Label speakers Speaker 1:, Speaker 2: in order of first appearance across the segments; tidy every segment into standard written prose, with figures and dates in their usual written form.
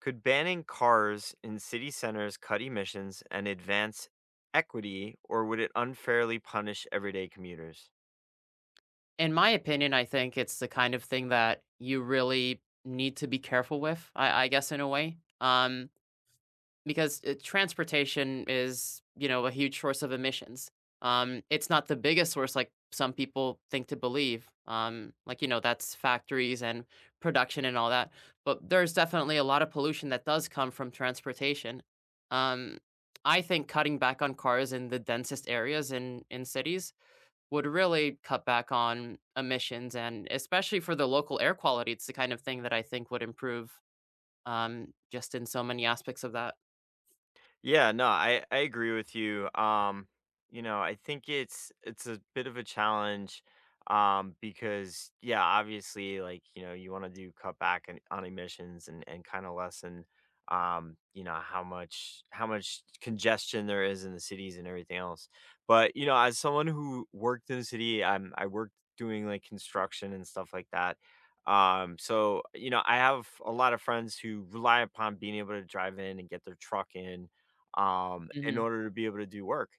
Speaker 1: Could banning cars in city centers cut emissions and advance equity, or would it unfairly punish everyday commuters?
Speaker 2: In my opinion, I think it's the kind of thing that you really need to be careful with, I guess, in a way, because transportation is, you know, a huge source of emissions. It's not the biggest source, like some people think to believe. That's factories and production and all that. But there's definitely a lot of pollution that does come from transportation. Um, I think cutting back on cars in the densest areas in cities would really cut back on emissions, and especially for the local air quality, it's the kind of thing that I think would improve, just in so many aspects of that.
Speaker 1: Yeah, no, I agree with you. You know, I think it's a bit of a challenge because yeah, obviously you want to do cut back on emissions and kind of lessen how much congestion there is in the cities and everything else. But, you know, as someone who worked in the city, I worked doing like construction and stuff like that. I have a lot of friends who rely upon being able to drive in and get their truck in
Speaker 2: Mhm.
Speaker 1: order to be able to do work.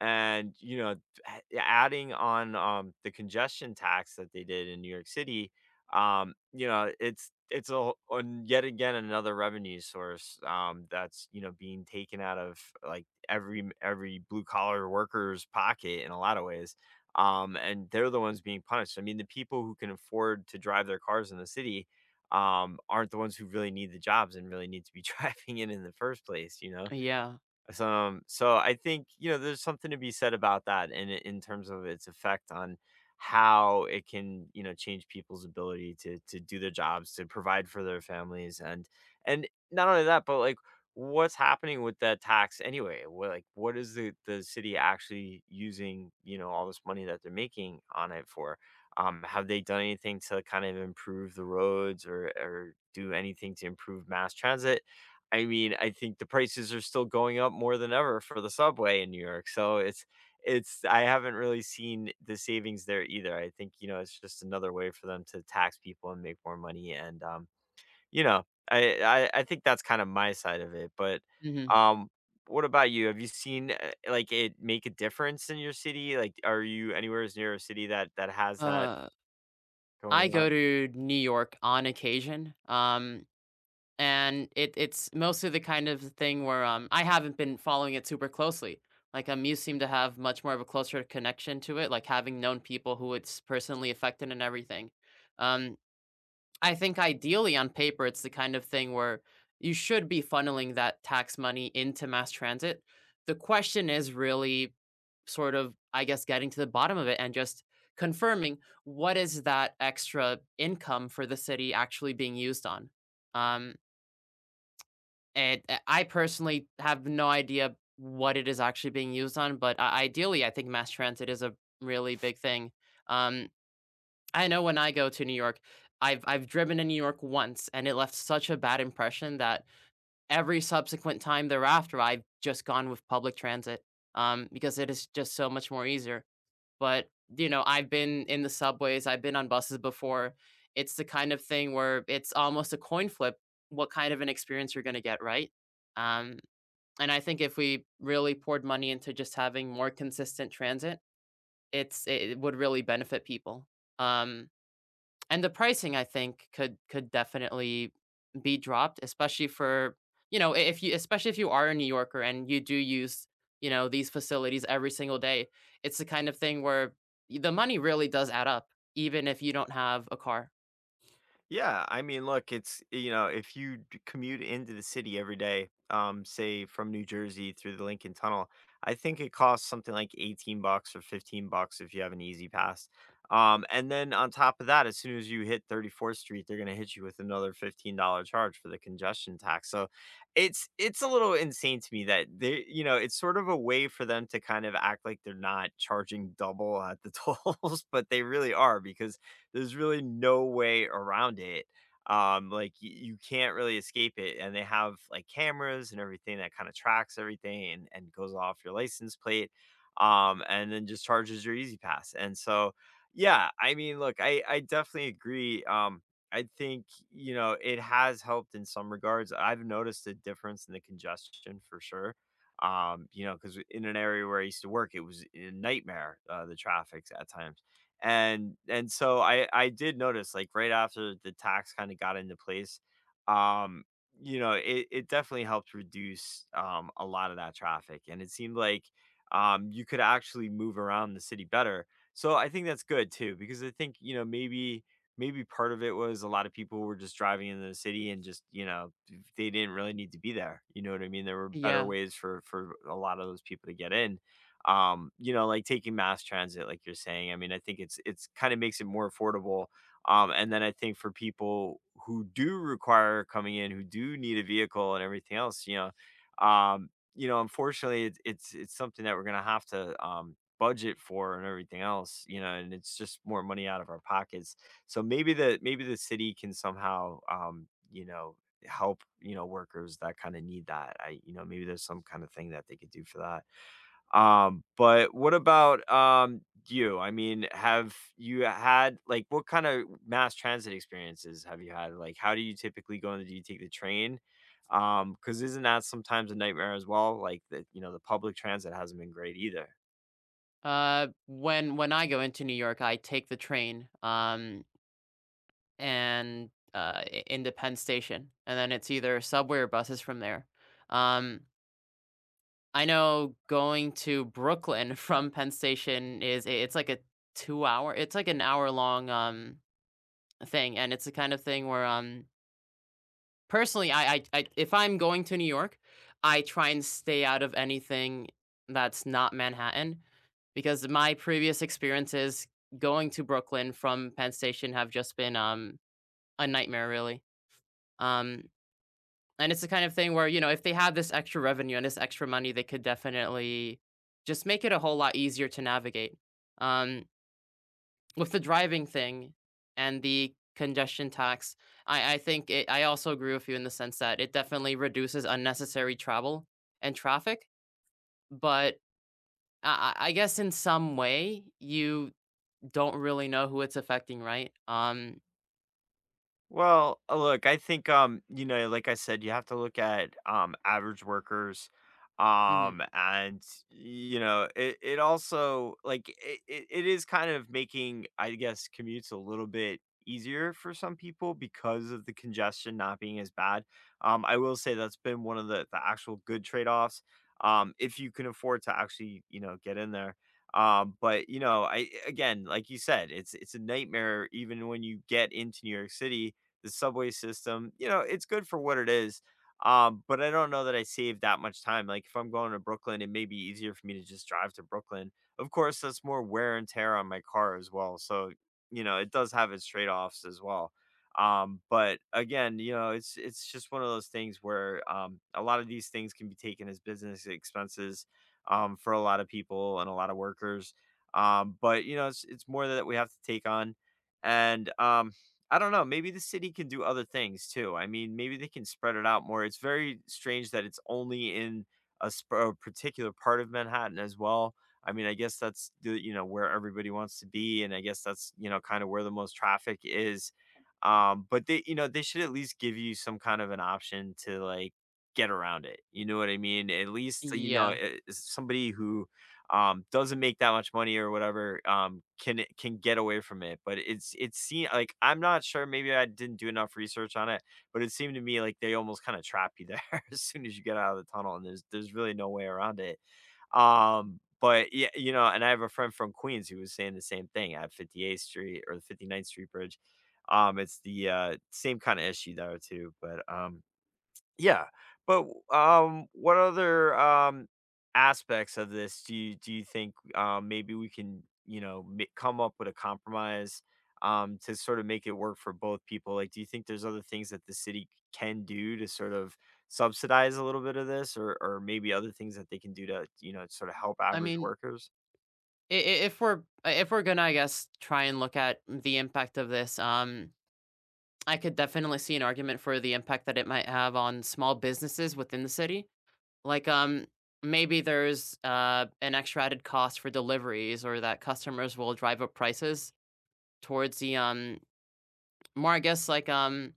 Speaker 1: And, you know, a adding on, the congestion tax that they did in New York City, it's a wh on yet again another revenue source, that's, you know, being taken out of, like, every blue collar worker's pocket in a lot of ways, and they're the ones being punished. I mean, the people who can afford to drive their cars in the city, aren't the ones who really need the jobs and really need to be driving it in the first place, you know?
Speaker 2: Yeah.
Speaker 1: So, I think, you know, there's something to be said about that in terms of its effect on how it can, you know, change people's ability to do their jobs, to provide for their families and not only that, but like what's happening with that tax anyway? What is the city actually using, you know, all this money that they're making on it for? Have they done anything to kind of improve the roads or do anything to improve mass transit? I mean, I think the prices are still going up more than ever for the subway in New York, so it's I haven't really seen the savings there either. I think, you know, it's just another way for them to tax people and make more money and, you know, I think that's kind of my side of it, but,
Speaker 2: Mhm.
Speaker 1: um, what about you? Have you seen, like, it make a difference in your city? Like, are you anywhere as near a city that has that
Speaker 2: Uh, I
Speaker 1: going on?
Speaker 2: go to New York on occasion, and it's mostly the kind of thing where, I haven't been following it super closely. Like, you seem to have much more of a closer connection to it, like having known people who it's personally affected and everything. Um, I think ideally on paper, it's the kind of thing where you should be funneling that tax money into mass transit. The question is really sort of, I guess, getting to the bottom of it and just confirming what is that extra income for the city actually being used on. Um, and I personally have no idea what it is actually being used on, but ideally, I think mass transit is a really big thing. Um, I know when I go to New York, I've driven in New York once and it left such a bad impression that every subsequent time thereafter I've just gone with public transit because it is just so much more easier. But you know, I've been in the subways, I've been on buses before. It's the kind of thing where it's almost a coin flip what kind of an experience you're going to get, right? Um and I think if we really poured money into just having more consistent transit, it would really benefit people. Um and the pricing I think could definitely be dropped, especially for, you know, if you especially if you are a New Yorker and you do use, you know, these facilities every single day. It's the kind of thing where the money really does add up, even if you don't have a car.
Speaker 1: Yeah, I mean, look, it's you know, if you commute into the city every day, say from New Jersey through the Lincoln Tunnel, I think it costs something like 18 bucks or 15 bucks if you have an easy pass. And then on top of that, as soon as you hit 34th Street, they're gonna hit you with another $15 charge for the congestion tax. So it's a little insane to me that they you know, it's sort of a way for them to kind of act like they're not charging double at the tolls, but they really are because there's really no way around it. You can't really escape it. And they have like cameras and everything that kind of tracks everything and goes off your license plate. And then just charges your easy pass. And so, yeah, I mean, look, I definitely agree. I think, you know, it has helped in some regards. I've noticed a difference in the congestion for sure you know because in an area where I used to work it was a nightmare, the traffic at times, and so I did notice like right after the tax kind of got into place, um, it, it definitely helped reduce a lot of that traffic. And it seemed like you could actually move around the city better. So I think that's good too, because I think, you know, maybe part of it was a lot of people were just driving into the city and just, you know, they didn't really need to be there. You know what I mean? There were better
Speaker 2: Yeah.
Speaker 1: ways for a lot of those people to get in you know, like taking mass transit, like you're saying. I mean, I think it's kind of makes it more affordable. And then I think for people who do require coming in, who do need a vehicle and everything else, unfortunately, it's something that we're gonna have to budget for and everything else, you know, and it's just more money out of our pockets. So maybe the city can somehow, you know, help you know workers that kind of need that. I you know maybe there's some kind of thing that they could do for that. But what about, you? I mean, have you had what kind of mass transit experiences have you had? Like, how do you typically go in? Do you take the train? Because 'cause isn't that sometimes a nightmare as well? Like the you know, the public transit hasn't been great either.
Speaker 2: When I go into New York, I take the train, and, I in the Penn Station, and then it's either subway or buses from there. Um I know going to Brooklyn from Penn Station is it's like a 2 hour it's like an hour-long, thing, and it's the kind of thing where, personally, I if I'm going to New York, I try and stay out of anything that's not Manhattan, because my previous experiences going to Brooklyn from Penn Station have just been, a nightmare, really. Um And it's the kind of thing where, you know, if they had this extra revenue and this extra money, they could definitely just make it a whole lot easier to navigate. Um, with the driving thing and the congestion tax, I think I also agree with you in the sense that it definitely reduces unnecessary travel and traffic. But I guess in some way, you don't really know who it's affecting, right?
Speaker 1: Well, look, I think you know, like I said, you have to look at average workers.
Speaker 2: Mhm,
Speaker 1: And you know, it also like it is kind of making, I guess, commutes a little bit easier for some people because of the congestion not being as bad. I will say that's been one of the actual good trade-offs. If you can afford to actually, you know, get in there but you know I again like you said it's a nightmare even when you get into New York City, the subway system, you know, it's good for what it is. But I don't know that I save that much time. Like if I'm going to Brooklyn, it may be easier for me to just drive to Brooklyn. Of course, that's more wear and tear on my car as well. So, you know, it does have its trade-offs as well. But again, you know, it's just one of those things where a lot of these things can be taken as business expenses for a lot of people and a lot of workers. But you know, it's more that we have to take on. And I don't know. Maybe the city can do other things too. I mean, maybe they can spread it out more. It's very strange that it's only in a particular part of Manhattan as well. I mean, I guess that's the you know where everybody wants to be, and I guess that's you know kind of where the most traffic is. But they you know they should at least give you some kind of an option to like get around it. You know what I mean? At least you know
Speaker 2: yeah.
Speaker 1: somebody who doesn't make that much money or whatever, can get away from it. But it's it seem like I'm not sure. Maybe I didn't do enough research on it, but it seemed to me like they almost kind of trap you there as soon as you get out of the tunnel, and there's really no way around it. But yeah, you know, and I have a friend from Queens who was saying the same thing at 58th Street or the 59th Street Bridge. It's the same kind of issue there too. But yeah, but, what other, aspects of this do you think, maybe we can, you know, ma come up with a compromise, to sort of make it work for both people? Like, do you think there's other things that the city can do to sort of subsidize a little bit of this or maybe other things that they can do to, you know, sort of help
Speaker 2: I
Speaker 1: average
Speaker 2: mean,
Speaker 1: workers?
Speaker 2: if we're if we're gonna, I guess, try and look at the impact of this, I could definitely see an argument for the impact that it might have on small businesses within the city. Like, maybe there's an extra added cost for deliveries, or that customers will drive up prices towards the more, I guess, like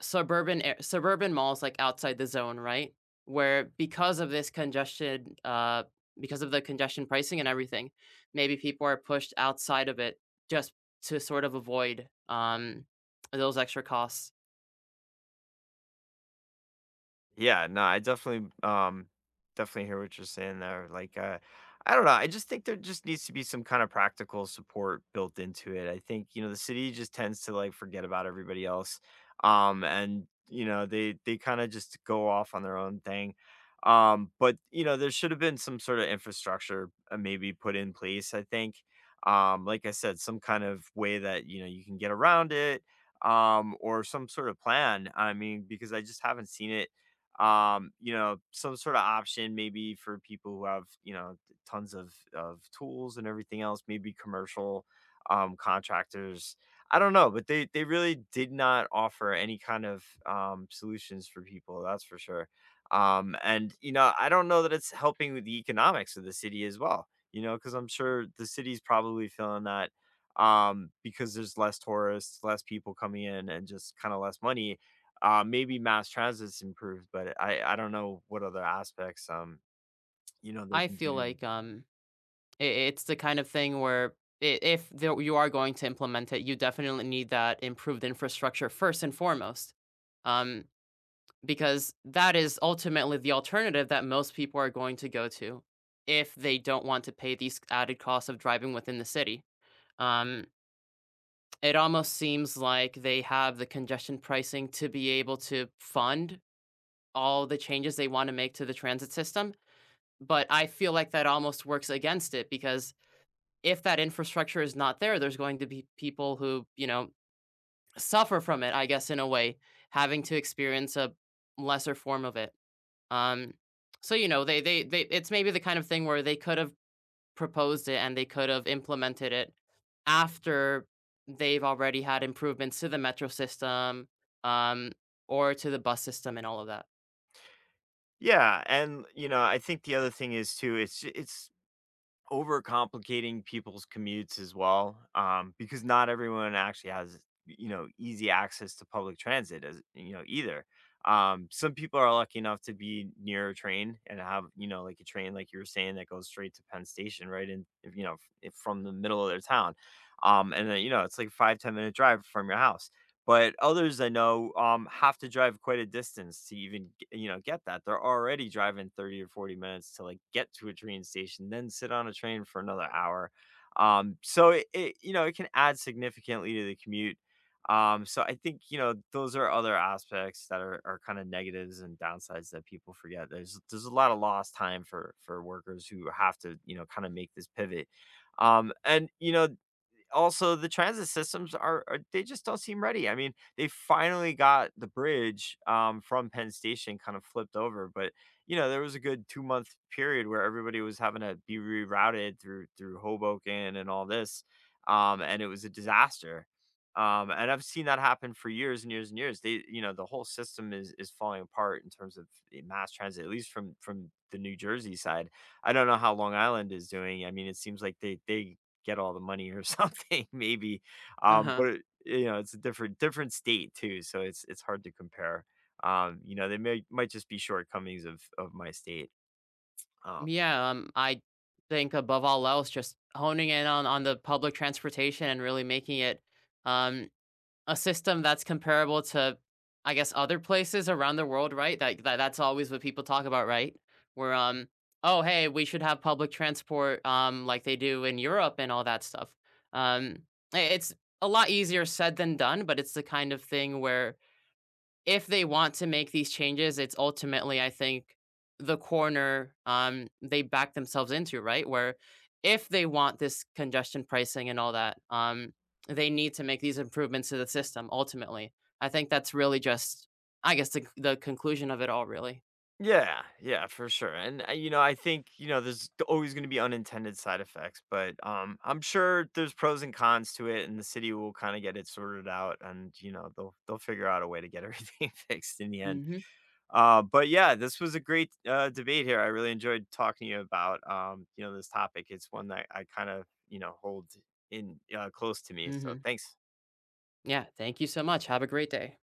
Speaker 2: suburban malls like outside the zone, right? Where because of this congestion, because of the congestion pricing and everything, maybe people are pushed outside of it just to sort of avoid those extra costs.
Speaker 1: Yeah, no, I definitely, definitely hear what you're saying there. Like, I don't know. I just think there just needs to be some kind of practical support built into it. I think you know the city just tends to like forget about everybody else, and you know they kind of just go off on their own thing. But you know there should have been some sort of infrastructure, maybe put in place. I think, like I said, some kind of way that you know you can get around it, or some sort of plan. I mean because I just haven't seen it. You know some sort of option maybe for people who have you know tons of tools and everything else, maybe commercial contractors. I don't know, but they really did not offer any kind of solutions for people, that's for sure. And you know I don't know that it's helping with the economics of the city as well, you know, because I'm sure the city's probably feeling that, because there's less tourists, less people coming in and just kind of less money. Maybe mass transit's improved, but I don't know what other aspects, you know, they
Speaker 2: I
Speaker 1: can do
Speaker 2: feel
Speaker 1: to.
Speaker 2: like I it's the kind of thing where if there, you are going to implement it, you definitely need that improved infrastructure first and foremost. Um, because that is ultimately the alternative that most people are going to go to if they don't want to pay these added costs of driving within the city. Um, it almost seems like they have the congestion pricing to be able to fund all the changes they want to make to the transit system. But I feel like that almost works against it because if that infrastructure is not there, there's going to be people who, you know, suffer from it, I guess, in a way, having to experience a lesser form of it. Um, so, you know, they it's maybe the kind of thing where they could have proposed it and they could have implemented it after they've already had improvements to the metro system, um, or to the bus system and all of that.
Speaker 1: Yeah, and, you know, I think the other thing is too, it's overcomplicating people's commutes as well, because not everyone actually has, you know, easy access to public transit as you know, either. Some people are lucky enough to be near a train and have, you know, like a train, like you were saying, that goes straight to Penn Station, right? And you know, from the middle of their town. And then, you know, it's like a 5, 10 minute drive from your house. But others I know, have to drive quite a distance to even, g you know, get that. They're already driving 30 or 40 minutes to, like, get to a train station, then sit on a train for another hour. So it it you know, it can add significantly to the commute. So I think, you know, those are other aspects that are kinda negatives and downsides that people forget. There's a lot of lost time for workers who have to, you know, kinda make this pivot. And, you know, also the transit systems are they just don't seem ready. I mean, they finally got the bridge, from Penn Station kind of flipped over, but, you know, there was a good 2-month period where everybody was having to be rerouted through through Hoboken and all this, and it was a disaster. And I've seen that happen for years and years and years. They you know, the whole system is falling apart in terms of the mass transit, at least from the New Jersey side. I don't know how Long Island is doing. I mean, it seems like they get all the money or something maybe,
Speaker 2: Uh-huh.
Speaker 1: you know, it's a different state too, so it's hard to compare. You know, they may might just be shortcomings of my state. Um
Speaker 2: Yeah, I think above all else, just honing in on the public transportation and really making it um a system that's comparable to, I guess, other places around the world, right? That's always what people talk about, right? Where oh hey, we should have public transport like they do in Europe and all that stuff. Um, it's a lot easier said than done, but it's the kind of thing where if they want to make these changes, it's ultimately, I think, the corner they back themselves into, right? Where if they want this congestion pricing and all that, they need to make these improvements to the system ultimately. I think that's really just, I guess, the conclusion of it all, really.
Speaker 1: Yeah, yeah, for sure, and, you know, I think, you know, there's always gonna be unintended side effects, but, I'm sure there's pros and cons to it, and the city will kinda get it sorted out, and, you know, they'll figure out a way to get everything fixed in the end.
Speaker 2: Hmm.
Speaker 1: But yeah, this was a great debate here. I really enjoyed talking to you about you know this topic. It's one that I kind of you know hold in, close to me. So
Speaker 2: Hmm.
Speaker 1: thanks.
Speaker 2: Yeah. Thank you so much. Have a great day.